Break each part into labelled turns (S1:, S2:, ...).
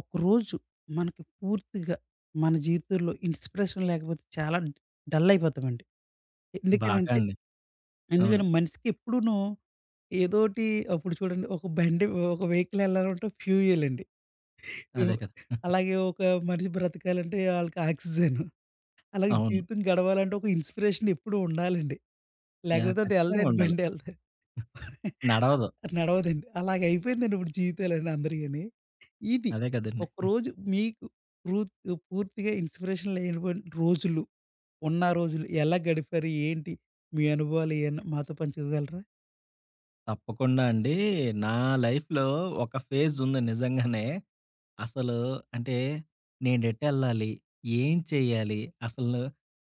S1: ఒకరోజు మనకి పూర్తిగా మన జీవితంలో ఇన్స్పిరేషన్ లేకపోతే చాలా డల్ అయిపోతామండి.
S2: బాగా
S1: ఎందుకనంటే
S2: అండి. అవును.
S1: ఎందుకంటే మనిషికి ఎప్పుడూను ఏదోటి అప్పుడు చూడండి, ఒక బండి, ఒక వెహికల్ ఎళ్ళాలంటే ఫ్యూయల్ అండి.
S2: అదే
S1: ఇవ్
S2: కదా!
S1: అలాగే ఒక మనిషి బ్రతకాలంటే ఆళ్ళకి ఆక్సిజన్. అలాగే
S2: అవును.
S1: జీవితం గడవాలంటే ఒక ఇన్స్పిరేషన్ ఎప్పుడూ ఉండాలండి.
S2: యాహ్!
S1: లేకపోతే అది
S2: ఖచ్చితంగా
S1: ఎళ్ళదండి,
S2: ఉండాలి.
S1: బండి ఎళ్ళదు.
S2: నడవదు.
S1: నడవదండి. అలాగ అయిపోయిందండి ఇప్పుడు జీవితాలన్నీ అందరియిని. ఇది.
S2: అదే కదండీ.
S1: ఒకరోజు మీకు పృ పూర్తిగా ఇన్స్‌పిరేషన్ లేనటువంటి రోజులు, ఉన్న రోజులు ఎలా గడిపారు? ఏంటి? మీ అనుభవాలు ఏమన్నా మాతో పంచుకోగలరా?
S2: తప్పకుండా అండి. నా లైఫ్‌లో ఒక ఫేజ్ ఉంది నిజంగానే. అసలు అంటే నేనెటెళ్ళాలి? ఏం చేయాలి? అసలు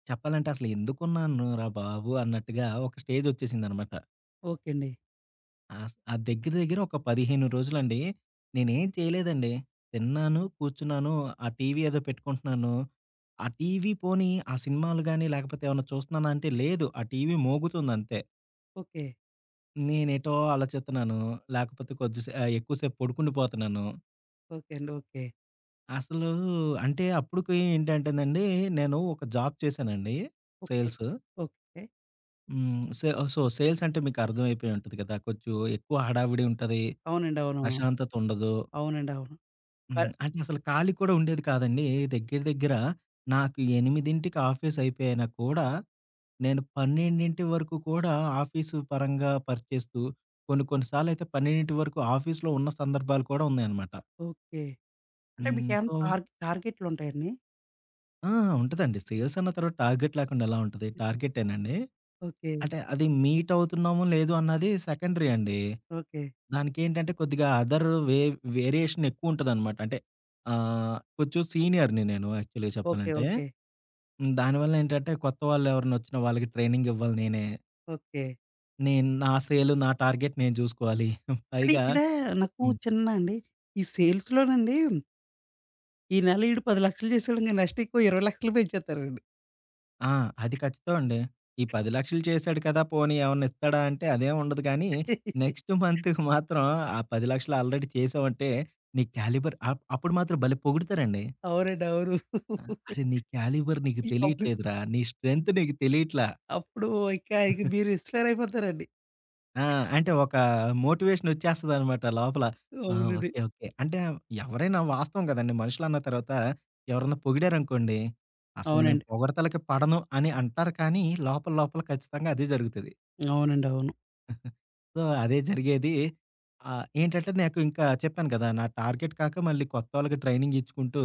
S2: చెప్పాలంటే అసలు ఎందుకున్నాను రా బాబు! అన్నట్టుగా ఒక స్టేజొచ్చేసిందనమాట.
S1: ఓకే అండి.
S2: ఆ దగ్గర దగ్గర ఒక 15 రోజులండి. నేనేం చేయలేదండి. తిన్నాను, కూర్చున్నాను, ఆ టీవీ ఏదో పెట్టుకుంటున్నాను. ఆ టీవీ పోనీ ఆ సినిమాలు గాని, లేకపోతే ఏమన్నా చూస్తున్నానా అంటే లేదు. ఆ టీవీ మోగుతుందంతే.
S1: ఓకే.
S2: నేనేటో ఆలోచిస్తున్నాను. లేకపోతే కొద్దిసే ఎక్కువసేపు పడుకుండిపోతున్నాను.
S1: ఓకే అండి. ఓకే.
S2: అసలు అంటే అప్పటికి ఏంటంటేనండి, నేను ఒక జాబ్ చేశానండి.
S1: ఓకే.
S2: సేల్స్.
S1: ఓకే.
S2: హ్మ్. సే సో, సేల్స్ అంటే మీకు అర్థమైపోయి ఉంటది కదా! కొంచెం ఎక్కువ హడావిడి ఉంటది.
S1: అవునండి. అవునవును.
S2: ప్రశాంతత ఉండదు.
S1: అవునండి. అవును.
S2: హ్మ్.
S1: పర్
S2: అంటే అసలు ఖాళీ కూడా ఉండేది కాదండి. దగ్గర దగ్గర నాకు 8కి ఆఫీస్ అయిపోయినా కూడా, నేను 12 వరకు కూడా ఆఫీసు పరంగా పనిచేస్తూ, కొన్ని కొన్ని సార్లయితే 12 వరకు ఆఫీస్‌లో ఉన్న సందర్భాలు కూడా ఉన్నాయన్నమాట.
S1: ఓకే. అంటే
S2: హ్మ్.
S1: మీకేమైనా
S2: సో,
S1: టార్గెట్‌లుంటాయండి?
S2: ఆ! ఉంటదండి. సేల్స్ అన్న తర్వాత టార్గెట్ లేకుండా ఎలా ఉంటది? టార్గెటేనండి.
S1: ఓకే.
S2: అంటే అది మీట్ అవుతున్నామో లేదో అన్నది సెకండరీ అండి.
S1: ఓకే.
S2: దానికేంటంటే కొద్దిగా అదర్ వే వేరియేషన్ ఎక్కువుంటదనమాట. అంటే కొంచెం సీనియర్‌ని నేను యాక్చువల్‌గా
S1: ఓకే.
S2: చెప్పాలంటే.
S1: ఓకే.
S2: హ్మ్. దానివల్ల ఏంటంటే కొత్త వాళ్ళెవరైనా వచ్చినా వాళ్ళకి ట్రైనింగ్ ఇవ్వాలి నేనే.
S1: ఓకే.
S2: నేను నా నా టార్గెట్ నేను చూసుకోవాలి.
S1: అది
S2: పైగా
S1: ఇక్కడ నాకు చిన్న అండి, ఈ సేల్స్‌లోనండి, ఈ నెల ఈడు 10,00,000 చేసాడంగా నెక్స్ట్ ఇంకో 20,00,000 పెంచేత్తారండి.
S2: ఆ! అది ఖచ్చితం అండి. ఈ 10,00,000 చేశాడు కదా! పోనీ ఏమన్నా ఇస్తాడా అంటే అదేం ఉండదు కానీ, నెక్స్ట్ మంత్‌కి మాత్రం ఆ 10,00,000 ఆల్రెడీ చేసావంటే నీ క్యాలిబర్ అప్ అప్పుడు మాత్రం భలే పొగుడుతారండి.
S1: అవునండి. అవును.
S2: ఆ! "అరే! నీ క్యాలిబర్ నీకు
S1: ఈ అప్పుడు
S2: తెలియట్లేదురా. నీ స్ట్రెంత్ నీకు తెలియట్లా."
S1: అప్పుడు ఇక ఇక మీరు ఇన్‌స్పైర్ అయిపోతారండి.
S2: ఆ! అంటే ఒక మోటివేషన్ వచ్చేస్తదనమాట లోపల. ఆ!
S1: అవునండి.
S2: ఓకే. ఓకే. అంటే ఎవరైనా వాస్తవం కదండీ. మనుషులన్న తర్వాత ఎవరన్నా పొగిడారనుకోండి, అసలు నేను
S1: అవునండి.
S2: పొగడతలకి పడను అని అంటారు కానీ, లోపల లోపల ఖచ్చితంగా అదే జరుగుతది.
S1: అవునండి. అవును.
S2: సో, అదే జరిగేది. ఏంటంటే నాకు ఇంకా చెప్పాను కదా! నా టార్గెట్ కాక మళ్ళీ కొత్తోళ్ళకి ట్రైనింగ్ ఇచ్చుకుంటూ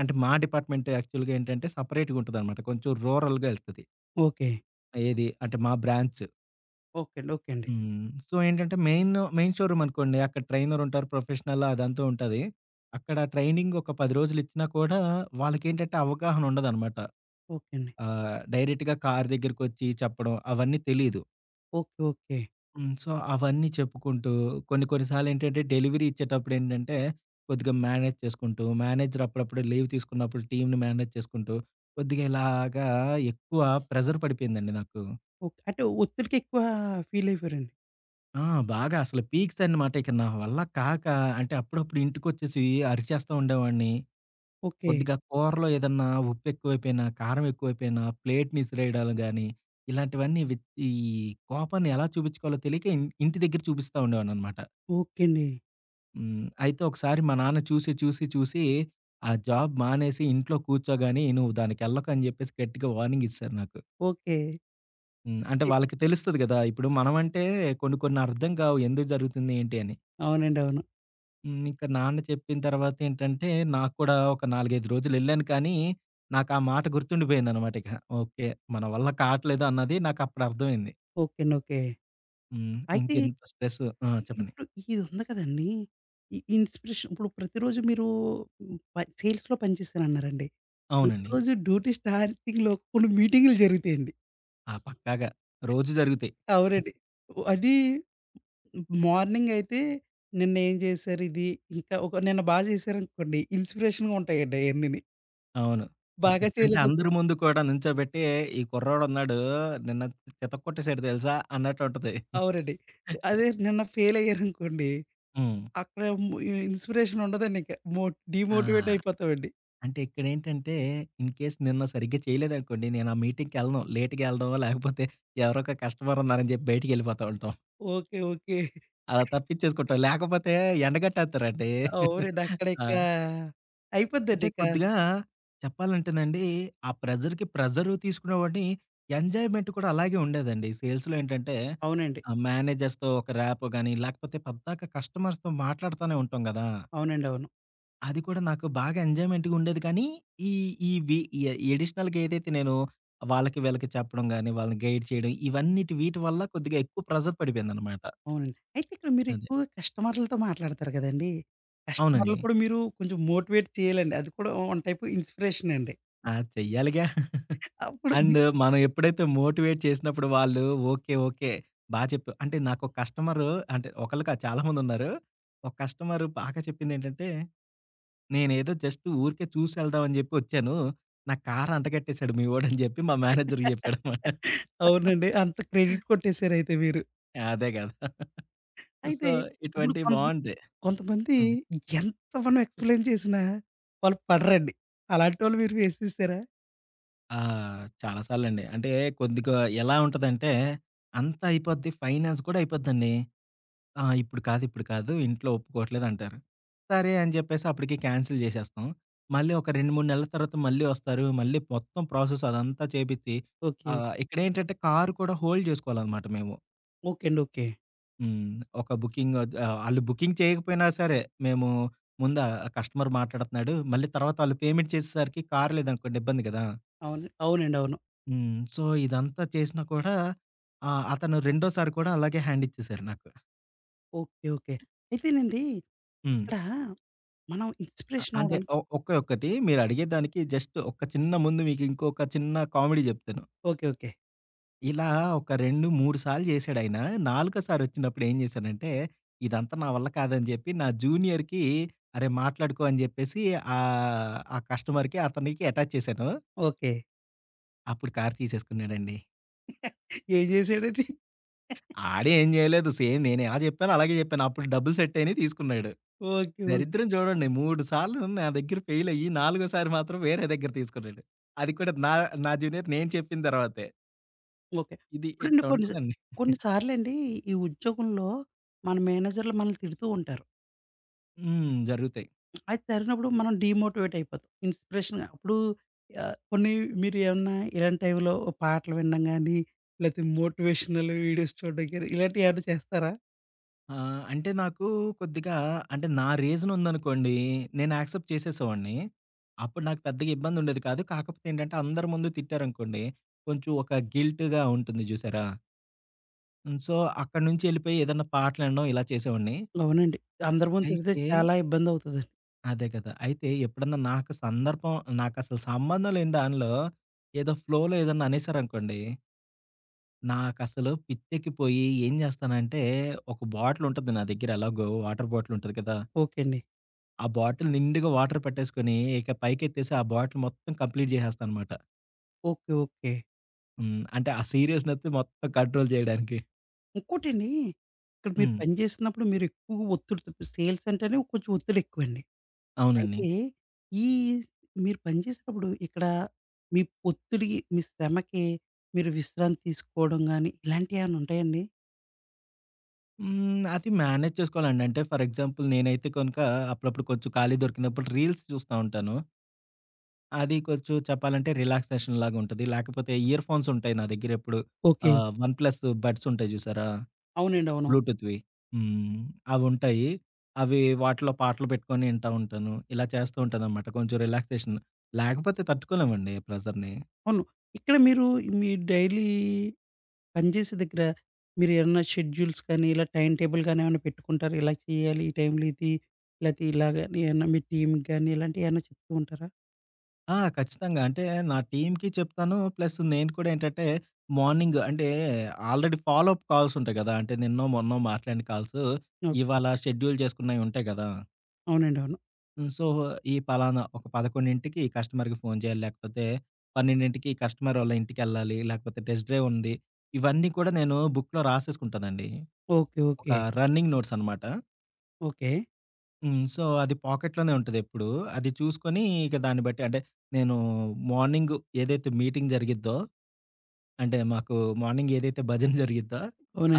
S2: అంటే మా డిపార్ట్‌మెంట్ యాక్చువల్‌గా ఏంటంటే సెపరేట్‌గా ఉంటదనమాట. కొంచెం రూరల్‌గా ఎళ్తది.
S1: ఓకే.
S2: ఏది అంటే మా బ్రాంచ్.
S1: ఓకే అండి. ఓకే అండి.
S2: హ్మ్. సో, ఏంటంటే మెయిన్ షోరూమ్ అనుకోండి. అక్కడ ట్రైనర్ ఉంటారు. ప్రొఫెషనల్ అదంతా ఉంటది. అక్కడ ట్రైనింగ్ ఒక 10 రోజులు ఇచ్చినా కూడా వాళ్ళకేంటంటే అవగాహన ఉండదనమాట.
S1: ఓకే అండి.
S2: డైరెక్ట్‌గా కారు దగ్గరికొచ్చి చెప్పడం అవన్నీ తెలీదు.
S1: ఓకే. ఓకే.
S2: హ్మ్. సో, అవన్నీ చెప్పుకుంటూ కొన్ని కొన్ని సార్లేంటంటే డెలివరీ ఇచ్చేటప్పుడు ఏంటంటే, కొద్దిగా మేనేజ్ చేసుకుంటూ, మేనేజర్ అప్పుడప్పుడు లీవ్ తీసుకున్నప్పుడు టీమ్‌ని మేనేజ్ చేసుకుంటూ, కొద్దిగా ఇలాగా ఎక్కువ ప్రెషర్ పడిపోయిందండి నాకు.
S1: ఓకే. అంటే ఒత్తిడికి ఎక్కువ ఫీల్ అయిపోయారండి.
S2: ఆ! బాగా అసలు పీక్స్ అన్నమాట. ఇక నా వల్ల కాక అంటే అప్పుడప్పుడు ఇంటికొచ్చేసి అరిచేస్తా ఉండేవాడిని.
S1: ఓకే.
S2: కొద్దిగా కూరలో ఏదన్నా ఉప్పు ఎక్కువైపోయినా, కారం ఎక్కువైపోయినా ప్లేట్‌ని ఇసిరేయడాలు గానీ, ఇలాంటివన్నీ విత్ ఈ కోపాన్ని ఎలా చూపించుకోవాలో తెలియక ఇంటి దగ్గర చూపిస్తా ఉండేవాడిననమాట.
S1: ఓకే అండి.
S2: హ్మ్. అయితే ఒకసారి మా నాన్న చూసి, చూసి, చూసి ఆ జాబ్ మానేసి ఇంట్లో కూర్చోగాని నువ్వు దానికెళ్ళకు అని జెప్పేసి గట్టిగా వార్నింగ్ ఇచ్చేసారు నాకు.
S1: ఓకే.
S2: హ్మ్. అంటే
S1: ఇ
S2: వాళ్ళకి తెలుస్తది గదా! ఇప్పుడు మనమంటే కొన్ని కొన్ని అర్థం కావు ఎందుకు జరుగుతుంది ఏంటి అని.
S1: అవునండి. అవును.
S2: హ్మ్. ఇంక నాన్న చెప్పిన తర్వాత ఏంటంటే నాకు కూడా ఒక 4, 5 రోజులెళ్ళాను కానీ నాకు ఆ మాట గుర్తుండిపోయిందనమాట ఇక. ఓకే. మన వల్ల కాట్లేదు అన్నది నాకప్పుడు అర్థమైంది.
S1: ఓకే అండి. ఓకే.
S2: హ్మ్.
S1: అయితే
S2: ఇంకింత స్ట్రెస్ ఆ! చెప్పండి.
S1: ఇప్పుడు ఇది ఉంది కదండీ! ఈ ఇన్‌స్పిరేషన్ ఇప్పుడు ప్రతిరోజు మీరు సేల్స్‌లో పనిచేశారన్నారండి.
S2: అవునండి.
S1: ప్రతిరోజు డ్యూటీ స్టార్టింగ్‌లో కొన్ని మీటింగులు జరుగుతాయండి.
S2: ఆ! పక్కాగా. రోజు జరుగుతాయి.
S1: అవునండి. అది మార్నింగ్ అయితే నిన్న ఏం చేశారు ఇది, ఇంకా ఒక నిన్న బాగా చేశారనుకోండి ఇన్స్‌పిరేషన్‌గా ఉంటాయండి అయన్నీని.
S2: అవును.
S1: బాగా
S2: అంటే
S1: చేయలేదనుకో
S2: అందరి ముందు కూడా నుంచోబెట్టి, "ఈ కుర్రోడున్నాడు నిన్న చితక కొట్టేసాడు తెలుసా" అన్నట్టుంటది.
S1: అవునండి. అదే నిన్న ఫెయిల్ అయ్యారనుకోండి,
S2: హ్మ్.
S1: అక్కడ ఇన్స్‌పిరేషన్ ఉండదండి ఇంక.
S2: ఆ!
S1: డీమోటివేట్ అయిపోతామండి.
S2: అంటే ఇక్కడేంటంటే, ఇన్ కేస్ నిన్న సరిగ్గా చేయలేదనుకోండి, నేను ఆ మీటింగ్‌కెళ్ళను. లేట్‌గెళ్ళడం లేకపోతే ఎవరో ఒక కస్టమర్ ఉన్నారని చెప్పి బయటికెళ్ళిపోతా ఉంటాం.
S1: ఓకే. ఓకే.
S2: అలా తప్పించేసుకుంటాం. లేకపోతే ఎండగట్టేత్తారండి.
S1: అవునండి. అక్కడ
S2: ఆ!
S1: ఇక
S2: అంటే
S1: అయిపోద్దండి ఇక.
S2: కొద్దిగా చెప్పాలంటేనండి, ఆ ప్రెజర్‌కి ప్రెజరు తీసుకునేవాడిని. ఎంజాయ్‌మెంట్ కూడా అలాగే ఉండేదండి. సేల్స్‌లో ఏంటంటే
S1: అవునండి.
S2: మేనేజర్స్‌తో ఒక ర్యాపో గాని, లేకపోతే పద్దాక కస్టమర్స్‌తో మాట్లాడుతానే ఉంటాం గదా!
S1: అవునండి. అవును.
S2: అది కూడా నాకు బాగా ఎంజాయ్‌మెంట్‌గా ఉండేది కానీ, ఈ ఈ వి ఈ ఎడిషనల్‌గా ఏదైతే నేను వాళ్ళకి వీళ్ళకి చెప్పడం గాని, వాళ్ళని గైడ్ చేయడం ఇవన్నిటి వీటి వల్ల కొద్దిగా ఎక్కువ ప్రెజర్ పడిపోయిందనమాట.
S1: అవునండి. అయితే ఇక్కడ
S2: అదే.
S1: మీరెక్కువగా కస్టమర్లతో మాట్లాడతారు గదండీ! కస్టమర్లు
S2: అవునండి.
S1: కూడా మీరు కొంచెం మోటివేట్ చేయాలండి. అది కూడా వన్ టైప్ ఇన్స్‌పిరేషనే అండి.
S2: ఆ! చెయ్యాలిగా.
S1: అప్పుడు మీ
S2: అండ్ మనం ఎప్పుడైతే మోటివేట్ చేసినప్పుడు వాళ్ళు ఓకే. ఓకే. బా చెప్పావు. అంటే నాకొక కస్టమరు అంటే ఒకళ్ళు కాదు చాలామందున్నారు. ఒక కస్టమరు బాగా చెప్పిందేంటంటే, "నేనేదో జస్ట్ ఊరికే చూసెళ్దాం అని చెప్పి వచ్చాను. నా కారు అంటగట్టేసాడు మీ వోడు" అని చెప్పి మా మేనేజర్‌కి చెప్పాడనమాట.
S1: అవునండి. అంత క్రెడిట్ కొట్టేసారయితే మీరు.
S2: అదే కదా!
S1: అయితే
S2: సో,
S1: ఇప్పుడు
S2: ఇటువంటివి బావుంటాయి.
S1: కొంతమంది
S2: హ్మ్.
S1: ఎంత మనం ఎక్స్‌ప్లెయిన్ చేసినా వాళ్ళు పడరండి. అలాంటోళ్ళు మీరు ఫేస్ చేసారా?
S2: ఆ! చాలా సార్లండి. అంటే కొద్దిగా ఎలా ఉంటదంటే, అంతా అయిపోద్ది. ఫైనాన్స్ కూడా అయిపోద్దండి. ఆ! ఇప్పుడు కాదు, ఇప్పుడు కాదు. ఇంట్లో ఒప్పుకోవట్లేదంటారు. సరే అని చెప్పేసి అప్పటికి క్యాన్సిల్ చేసేస్తాం. మళ్ళీ ఒక 2, 3 నెలల తర్వాత మళ్ళీ వస్తారు. మళ్ళీ మొత్తం ప్రాసెస్ అదంతా చేపిచ్చి
S1: ఓకే.
S2: ఇక్కడేంటంటే కారు కూడా హోల్డ్ చేసుకోవాలనమాట మేము.
S1: ఓకే అండి. ఓకే.
S2: హ్మ్. ఒక బుకింగ్ ఆళ్ళు బుకింగ్ చేయకపోయినా సరే మేము ముందా కస్టమర్ మాట్లాడుతున్నాడు. మళ్ళీ తర్వాత ఆళ్ళు పేమెంట్ చేసేసరికి కారు లేదనుకోండి ఇబ్బంది కదా!
S1: అవును. అవునండి. అవును.
S2: హ్మ్. సో, ఇదంతా చేసినా కూడా అతను రెండోసారి కూడా అలాగే హ్యాండ్ ఇచ్చేసారు నాకు.
S1: ఓకే. ఓకే. అయితేనండి
S2: హ్మ్.
S1: ఇక్కడ మనం
S2: అ
S1: ఇన్స్‌పిరేషన్
S2: అంటే
S1: అవ్వడానికి
S2: ఒ ఒకే ఒక్కటి మీరడిగే దానికి జస్ట్ ఒక చిన్న ముందు మీకింకొక చిన్న కామెడీ జెప్తాను.
S1: ఓకే. ఓకే.
S2: ఇలా ఒక 2, 3 సార్లు జేశాడాయన. నాలుగో సారి ఒచ్చినప్పుడు ఏం జేశానంటే, ఇదంతా నా వల్ల కాదని జెప్పి నా జూనియర్‌కి, "అరే! మాట్లాడుకో" అని జెప్పేసి ఆ కస్టమర్‌కి అతనికి అటాచ్ చేశాను.
S1: ఓకే.
S2: అప్పుడు కారు తీసేసుకున్నాడండి.
S1: ఏం చేసాడండి?
S2: ఆడేం జేయలేదు. సేమ్ నేనేలా జెప్పానో అలాగే జెప్పాను. అప్పుడు డబ్బులు సెట్టయినియి తీసుకున్నాడు.
S1: ఓకే. ఓకే.
S2: దరిద్రం చూడండి. 3 సార్లు నా దగ్గర ఫెయిల్ అయ్యి, నాలుగోసారి మాత్రం వేరే దగ్గర తీసుకున్నాడు. అది కూడా నా నా జూనియర్ నేను చెప్పిన తర్వాతే.
S1: ఓకే.
S2: ఇది
S1: ఇప్పుడండి
S2: ఇట్టుంటదండి.
S1: కొన్ని సార్లండి ఈ ఉద్యోగంలో మన మేనేజర్‌లు మనల్ని తిడుతూ ఉంటారు.
S2: హ్మ్. జరుగుతాయి.
S1: అది తరినప్పుడు మనం డీమోటివేట్ అయిపోతాం. ఇన్స్‌పిరేషన్‌గా అప్పుడు కొన్ని మీరు ఏమన్నా ఇలాంటి టైంలో పాటలు వినడం గాని, లేతే మోటివేషనల్ వీడియోస్ చూడడం గాని ఇలాంటివి ఏమైనా చేస్తారా?
S2: అంటే నాకు కొద్దిగా అంటే నా రీజన్ ఉందనుకోండి, నేను యాక్సెప్ట్ చేసేసేవాడిని. అప్పుడు నాకు పెద్దగా ఇబ్బంది ఉండేది కాదు. కాకపోతే ఏంటంటే అందరి ముందు తిట్టారనుకోండి, కొంచెం ఒక గిల్ట్‌గా ఉంటుంది చూసారా? హ్మ్. సో, అక్కడి నుంచి ఎళ్ళిపోయి ఏదన్నా పాటలు వినడం ఇలా చేసేవాడిని.
S1: అవునండి. అందరి ముందు తిడితే
S2: అయితే
S1: చాలా ఇబ్బందవుతదండి.
S2: అదే కదా! అయితే ఎప్పుడన్నా నాకు సందర్భం నాకసలు సంబంధం లేని దానిలో ఏదో ఫ్లోలో ఏదన్నా అనేసారనుకోండి, నాకసలు పిచ్చెక్కిపోయి ఏం జేస్తానంటే, ఒక బాటిలుంటది నా దగ్గర ఎలాగో వాటర్ బాటిలుంటది కదా!
S1: ఓకే అండి.
S2: ఆ బాటిల్ నిండుగా వాటర్ పెట్టేసుకొని, ఇక పైకెత్తేసి ఆ బాటిల్ మొత్తం కంప్లీట్ జేసేస్తాననమాట.
S1: ఓకే. ఓకే.
S2: హ్మ్. అంటే ఆ సీరియస్‌నెస్ మొత్తం కంట్రోల్ జేయడానికి.
S1: ఇంకోటండి ఇక్కడ మీరు
S2: హ్మ్.
S1: పని చేస్తున్నప్పుడు మీరు ఎక్కువగా ఒత్తిడితో సేల్స్ అంటేనే కొంచెం ఒత్తిడి ఎక్కువండి.
S2: అవునండి.
S1: అయితే ఈ మీరు పనిచేసేటప్పుడు ఇక్కడ మీ ఒత్తిడికి, మీ శ్రమకి మీరు విశ్రాంతి తీసుకోవడం గాని, ఇలాంటియేమన్నా ఉంటాయండి?
S2: హ్మ్. అది మేనేజ్ చేసుకోవాలండి. అంటే ఫర్ ఎగ్జాంపుల్ నేనైతే కనుక అప్పుడప్పుడు కొంచెం ఖాళీ దొరికినప్పుడు రీల్స్ చూస్తా ఉంటాను. అది కొంచెం చెప్పాలంటే రిలాక్సేషన్ లాగుంటది. లేకపోతే ఇయర్ ఫోన్స్ ఉంటాయి నా దగ్గరెప్పుడు.
S1: ఓకే.
S2: వన్ ప్లస్ బడ్స్ ఉంటాయి చూసారా?
S1: అవునండి. అవునవును.
S2: బ్లూటూత్‌వి. హ్మ్. అవుంటాయి. అవి వాటిలో పాటలు పెట్టుకొని వింటా ఉంటాను. ఇలా చేస్తూ ఉంటాననమాట కొంచెం రిలాక్సేషన్. లేకపోతే తట్టుకోలేమండి ప్రెషర్‌ని.
S1: అవును. ఇక్కడ మీరు మీ డైలీ పనిచేసే దగ్గర మీరేమన్నా షెడ్యూల్స్ కానీ, ఇలా టైమ్ టేబుల్ గాని ఏమన్నా పెట్టుకుంటారా? ఇలా చేయాలి, ఈ టైంలో ఇది, లేతే ఇలాగని ఏమన్నా మీ టీమ్‌కి గాని ఇలాంటియేమన్నా చెప్తూ ఉంటారా?
S2: ఆ! ఖచ్చితంగా. అంటే నా టీమ్‌కి చెప్తాను. ప్లస్ నేను కూడా ఏంటంటే మార్నింగ్ అంటే ఆల్రెడీ ఫాలో అప్ కాల్స్ ఉంటాయి కదా! అంటే నిన్నో, మొన్నో మాట్లాడిన కాల్స్
S1: ఓకే.
S2: ఇవాళ షెడ్యూల్ చేసుకున్నయి ఉంటాయి కదా!
S1: అవునండి. అవును.
S2: హ్మ్. సో, ఈ పలానా ఒక 11కి ఈ కస్టమర్‌కి ఫోను చేయాలి. లేకపోతే 12కి కస్టమర్ వాళ్ళ ఇంటికెళ్ళాలి. లేకపోతే టెస్ట్ డ్రైవ్ ఉంది. ఇవన్నీ కూడా నేను బుక్‌లో రాసేసుకుంటానండి.
S1: ఓకే.
S2: ఒక
S1: ఓకే.
S2: రన్నింగ్ నోట్స్ అనమాట.
S1: ఓకే.
S2: హ్మ్. సో, అది పాకెట్‌లోనే ఉంటదెప్పుడూ. అది చూసుకొని ఇక దాన్ని బట్టి అంటే నేను మార్నింగ్ ఏదైతే మీటింగ్ జరిగిద్దో అంటే మాకు మార్నింగ్ ఏదైతే భజన జరిగిద్దో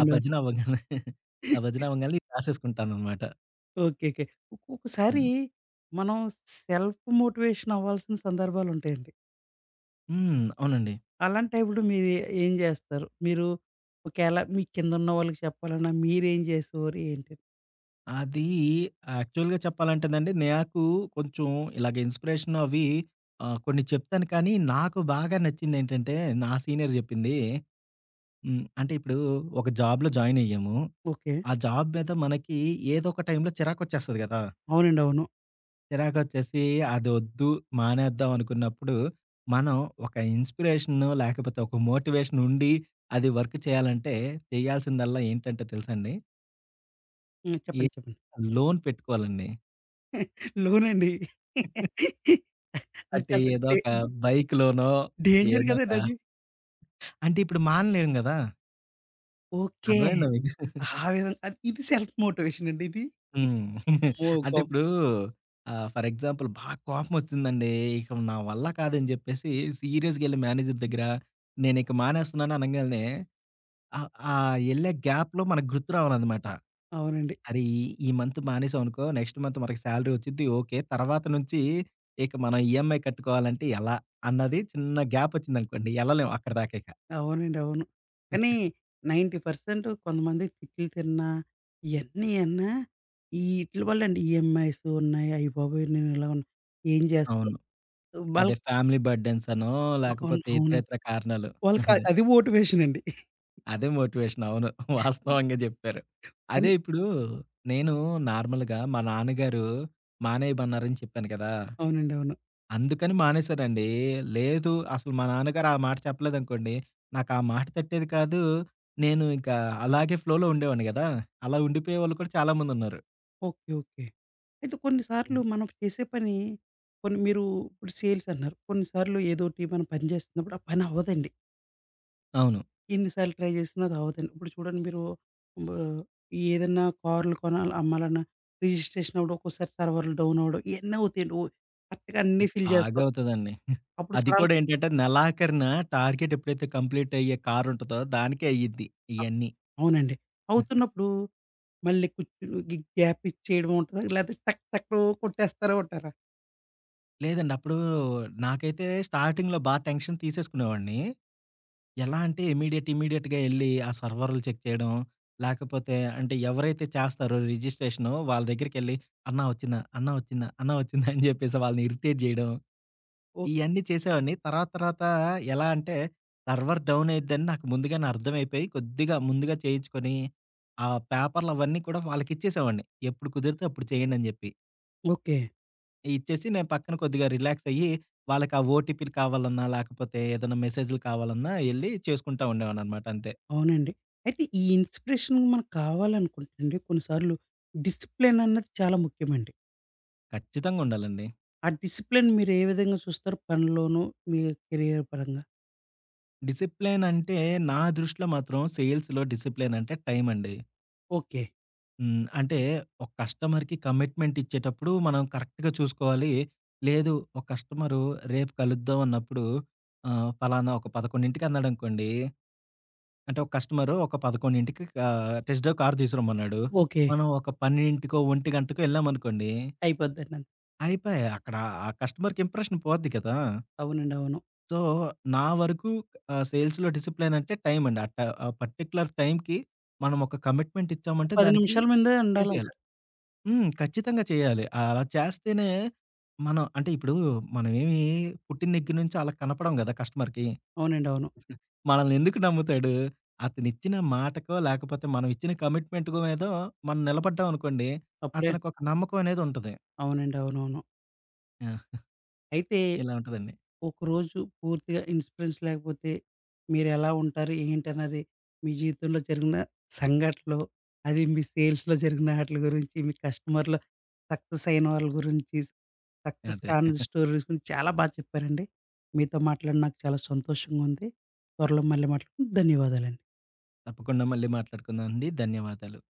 S2: ఆ
S1: అవును.
S2: భజన అవ్వంగానే ఆ భజన అవ్వంగానే ఇది రాసేసుకుంటాననమాట.
S1: ఓకే. ఓకే. ఒక్కొక్కసారి
S2: హ్మ్.
S1: మనం సెల్ఫ్ మోటివేషన్ అవ్వాల్సిన సందర్భాలుంటాయండి.
S2: హ్మ్. అవునండి.
S1: అలాంటి టైంలో మీరు ఏం జేస్తారు? మీరు ఒకేళ మీ కిందున్న వాళ్ళకి చెప్పాలన్నా మీరేం జేసేవారు ఏంటి?
S2: అది యాక్చువల్‌గా చెప్పాలంటేనండి, నాకు కొంచెం ఇలాగ ఇన్‌స్పిరేషన్ అవి కొన్ని చెప్తాను కానీ, నాకు బాగా నచ్చిందేంటంటే, నా సీనియర్ జెప్పింది. హ్మ్. అంటే ఇప్పుడు ఒక జాబ్‌లో జాయిన్ అయ్యాము.
S1: ఓకే.
S2: ఆ జాబ్ మీద మనకి ఏదో ఒక టైంలో చిరాకొచ్చేస్తది గదా!
S1: అవునండి. అవును.
S2: చిరాకొచ్చేసి అదొద్దు, మానేద్దాం అనుకున్నప్పుడు, మనం ఒక ఇన్‌స్పిరేషన్ లేకపోతే ఒక మోటివేషన్ ఉండి, అది వర్క్ చేయాలంటే, చేయాల్సిందల్లా ఏంటంటే తెలుసండి?
S1: హ్మ్.
S2: ఏ
S1: చెప్పండి. చెప్పండి.
S2: లోన్ పెట్టుకోవాలండి.
S1: లోనండి. అది
S2: అంటే
S1: పెద్ద
S2: ఏదో ఒక బైక్‌లోనో
S1: డేంజర్
S2: ఏదో ఒక
S1: గదండది.
S2: అంటే ఇప్పుడు మానలేం గదా!
S1: ఓకే.
S2: అర్థమైందా మీకు?
S1: ఆ విధంగా ఇది సెల్ఫ్ మోటివేషన్ అండి ఇది?
S2: హ్మ్.
S1: అమ్మో!
S2: అంటే ఇప్పుడు ఫర్ ఎగ్జాంపుల్ బాగా కోపమొచ్చిందండి. ఇక నా వల్ల కాదని జెప్పేసి సీరియస్‌గెళ్ళి మేనేజర్ దగ్గర నేనిక మానేస్తున్నాను అనంగాల్నే ఆహ్, ఆ యెళ్ళే గ్యాప్‌లో మనకు గుర్తు రావాలనమాట.
S1: అవునండి.
S2: "అరే! ఈ ఈ మంత్ మానేసామనుకో నెక్స్ట్ మంత్ మనకి సాలరీ వచ్చిద్ది." ఓకే. తర్వాత నుంచి ఇక మనం ఈఎంఐ కట్టుకోవాలంటే ఎలా అన్నది చిన్న గ్యాప్ వచ్చిందనుకోండి ఎళ్ళలేం అక్కడిదాకా ఇక.
S1: అవునండి. అవును. కానీ 90% కొంతమంది తిట్లు తిన్నా, ఇయన్నీ అన్నా ఈటిల వల్లండి. ఈఎంఐస్ ఉన్నాయి. అయ్యబాబోయ్! నేను ఇలా ఉన్నా. ఏం చేస్తావు?
S2: అవును. అదే
S1: వాళ్ళకి
S2: ఫ్యామిలీ బర్డెన్స్ అనో,
S1: అవును.
S2: లేకపోతే ఇతర
S1: అవునండి.
S2: ఇతర కారణాలు.
S1: వాళ్ళకి
S2: అదే.
S1: అది మోటివేషన్ అండి.
S2: అదే మోటివేషన్. అవును. వాస్తవంగా జెప్పారు. అదే
S1: కానీ
S2: ఇప్పుడు నేను నార్మల్‌గా మా నాన్నగారు మానేయమన్నారని చెప్పాను కదా!
S1: అవునండి. అవును.
S2: అందుకని మానేశానండి. లేదు అసలు మా నాన్నగారు ఆ మాట చెప్పలేదనుకోండి, నాకు ఆ మాట తట్టేది కాదు. నేను ఇంకా అలాగే ఫ్లోలో ఉండేవాడిని గదా! అలా ఉండిపోయేవాళ్ళు కూడా చాలా మందున్నారు.
S1: ఓకే. ఓకే. అయితే కొన్ని సార్లు
S2: ఉంది.
S1: మనం చేసే పని కొన్ని మీరు ఇప్పుడు సేల్స్ అన్నారు. కొన్ని సార్లు ఏదోటి మనం పని చేస్తున్నప్పుడు ఆ పని అవ్వదండి.
S2: అవును.
S1: ఎన్ని సార్లు ట్రై చేసినా అది అవ్వదండి. ఇప్పుడు చూడండి మీరు బ ఏదన్నా కార్‌లు కొనాలి అమ్మాలన్నా రిజిస్ట్రేషన్ అవ్వడం, ఒక్కోసారి సర్వర్‌లు డౌన్ అవ్వడం ఇయన్నీ అవుతాయండి. కరెక్ట్‌గా అన్నీ ఫిల్
S2: బాగా
S1: చేస్తాం.
S2: అవుతదండి.
S1: అప్పుడు
S2: అది
S1: సడన్
S2: కూడా ఏంటంటే నెలాఖరిన టార్గెట్ ఎప్పుడైతే కంప్లీట్ అయ్యే కార్ ఉంటదో దానికే అయ్యిద్ది
S1: అ
S2: ఇయన్నీ.
S1: అవునండి. అవుతున్నప్పుడు మళ్ళీ కూర్చొని గ్యాప్ ఇచ్చి చేయడం ఉంటదా? లేతే టక్ టక్ కొట్టేస్తారు ఉంటారా?
S2: లేదండి అప్పుడు నాకైతే స్టార్టింగ్‌లో బా టెన్షన్ తీసేసుకునేవాడిని. ఎలా అంటే ఇమ్మీడియేట్‌గా ఎళ్లి ఆ సర్వర్‌లు చెక్ చేయడం, లేకపోతే అంటే ఎవరైతే చేస్తారో రిజిస్ట్రేషను వాళ్ళ దగ్గరికెళ్లి "అన్నా వచ్చిందా? అన్నా వచ్చిందా? అన్నా వచ్చిందా?" అని చెప్పేసి వాళ్ళని ఇరిటేట్ చేయడం.
S1: ఓ
S2: ఇయన్నీ చేసేవాడిని. తర్వాత తర్వాత ఎలా అంటే, సర్వర్ డౌన్ అయిద్దని నాకు ముందుగానే అర్థమైపోయి, కొద్దిగా ముందుగా చేయించుకొని, ఆ పేపర్‌లవన్నీ కూడా వాళ్ళకిచ్చేసేవాడిని. ఎప్పుడు కుదిరితే అప్పుడు చేయండని జెప్పి.
S1: ఓకే.
S2: ఇచ్చేసి నేను పక్కన కొద్దిగా రిలాక్స్ అయ్యి, వాళ్ళకి ఆ ఓటీపీలు కావాలన్నా, లేకపోతే ఏదైనా మెసేజ్‌లు కావాలన్నా యెళ్లి చేసుకుంటా ఉండేవాడిననమాట అంతే.
S1: అవునండి. అయితే ఈ ఇన్స్పిరేషన్ మనకు కావాలనుకుంటే అండి కొన్ని సార్లు డిసిప్లిన్ అన్నది చాలా ముఖ్యమండి.
S2: ఖచ్చితంగుండాలండి.
S1: ఆ డిసిప్లిన్ మీరు ఏ విధంగా చూస్తారు పనిలోనూ, మీ కెరియర్ పరంగా?
S2: డిసిప్లిన్ అంటే, నా దృష్టిలో మాత్రం సేల్స్‌లో డిసిప్లిన్ అంటే టైం అండి.
S1: ఓకే.
S2: హ్మ్. అంటే ఒక కస్టమర్‌కి కమిట్మెంట్ ఇచ్చేటప్పుడు మనం కరెక్ట్‌గా చూసుకోవాలి. లేదు ఒక కస్టమరు రేపు కలుద్దాం అన్నప్పుడు పలానా ఒక 11:00కి అన్నాడనుకోండి. అంటే ఒక కస్టమరు ఒక 11:00కి టెస్ట్ డ్రైవ్ కార్ తీసుకురమ్మన్నాడు.
S1: ఓకే.
S2: మనం ఒక 12:00కో, 1:00కో ఎళ్ళామనుకోండి.
S1: అయిపోద్దండి. అంతే.
S2: అయిపాయే అక్కడ ఆ కస్టమర్‌కి ఇంప్రెషన్ పోద్ది కదా!
S1: అవునండి. అవును.
S2: సో, నా వరకు సేల్స్‌లో డిసిప్లిన్ అంటే టైమ్ అండి. ఆ పర్టిక్యులర్ టైమ్‌కి మనం ఒక కమిట్మెంట్
S1: ఓ
S2: ఇచ్చామంటే
S1: 10
S2: దానికి
S1: నిమిషాల ముందే ఉండాలంట.
S2: చేసేయాలి. హ్మ్. ఖచ్చితంగా చేయాలి. అలా చేస్తేనే మనం అంటే ఇప్పుడు మనమేమి పుట్టిన దగ్గర నుంచి అలా కనపడం గదా! కస్టమర్‌కి.
S1: అవునండి. అవును.
S2: మనల్ని ఎందుకు నమ్ముతాడు? అతనిచ్చిన మాటకో, లేకపోతే మనం ఇచ్చిన కమిట్మెంట్‌కో మీదో మనం నిలబడ్డాం అనుకోండి,
S1: అప్పుడే
S2: అతనికి ఒక నమ్మకం అనేది ఉంటది.
S1: అవునండి. అవునవును.
S2: ఆ!
S1: అయితే
S2: ఇలా ఉంటదండి.
S1: ఒకరోజు పూర్తిగా ఇన్స్‌పిరెన్స్ లేకపోతే మీరెలా ఉంటారు? ఏంటన్నది మీ జీవితంలో జరిగిన సంఘటనలు, అది మీ సేల్స్‌లో జరిగిన ఆటిల గురించి, మీ కస్టమర్‌లో సక్సెస్ అయిన వాళ్ళ గురించి, సక్సెస్
S2: అదే.
S1: కాని స్టోరీస్ గురించి చాలా బా చెప్పారండి. మీతో మాట్లాడి నాకు చాలా సంతోషంగా ఉంది. త్వరలో మళ్ళీ మాట్లాడుకుందాం. ధన్యవాదాలండి.
S2: తప్పకుండా మళ్ళీ మాట్లాడుకుందాం అండి. ధన్యవాదాలు.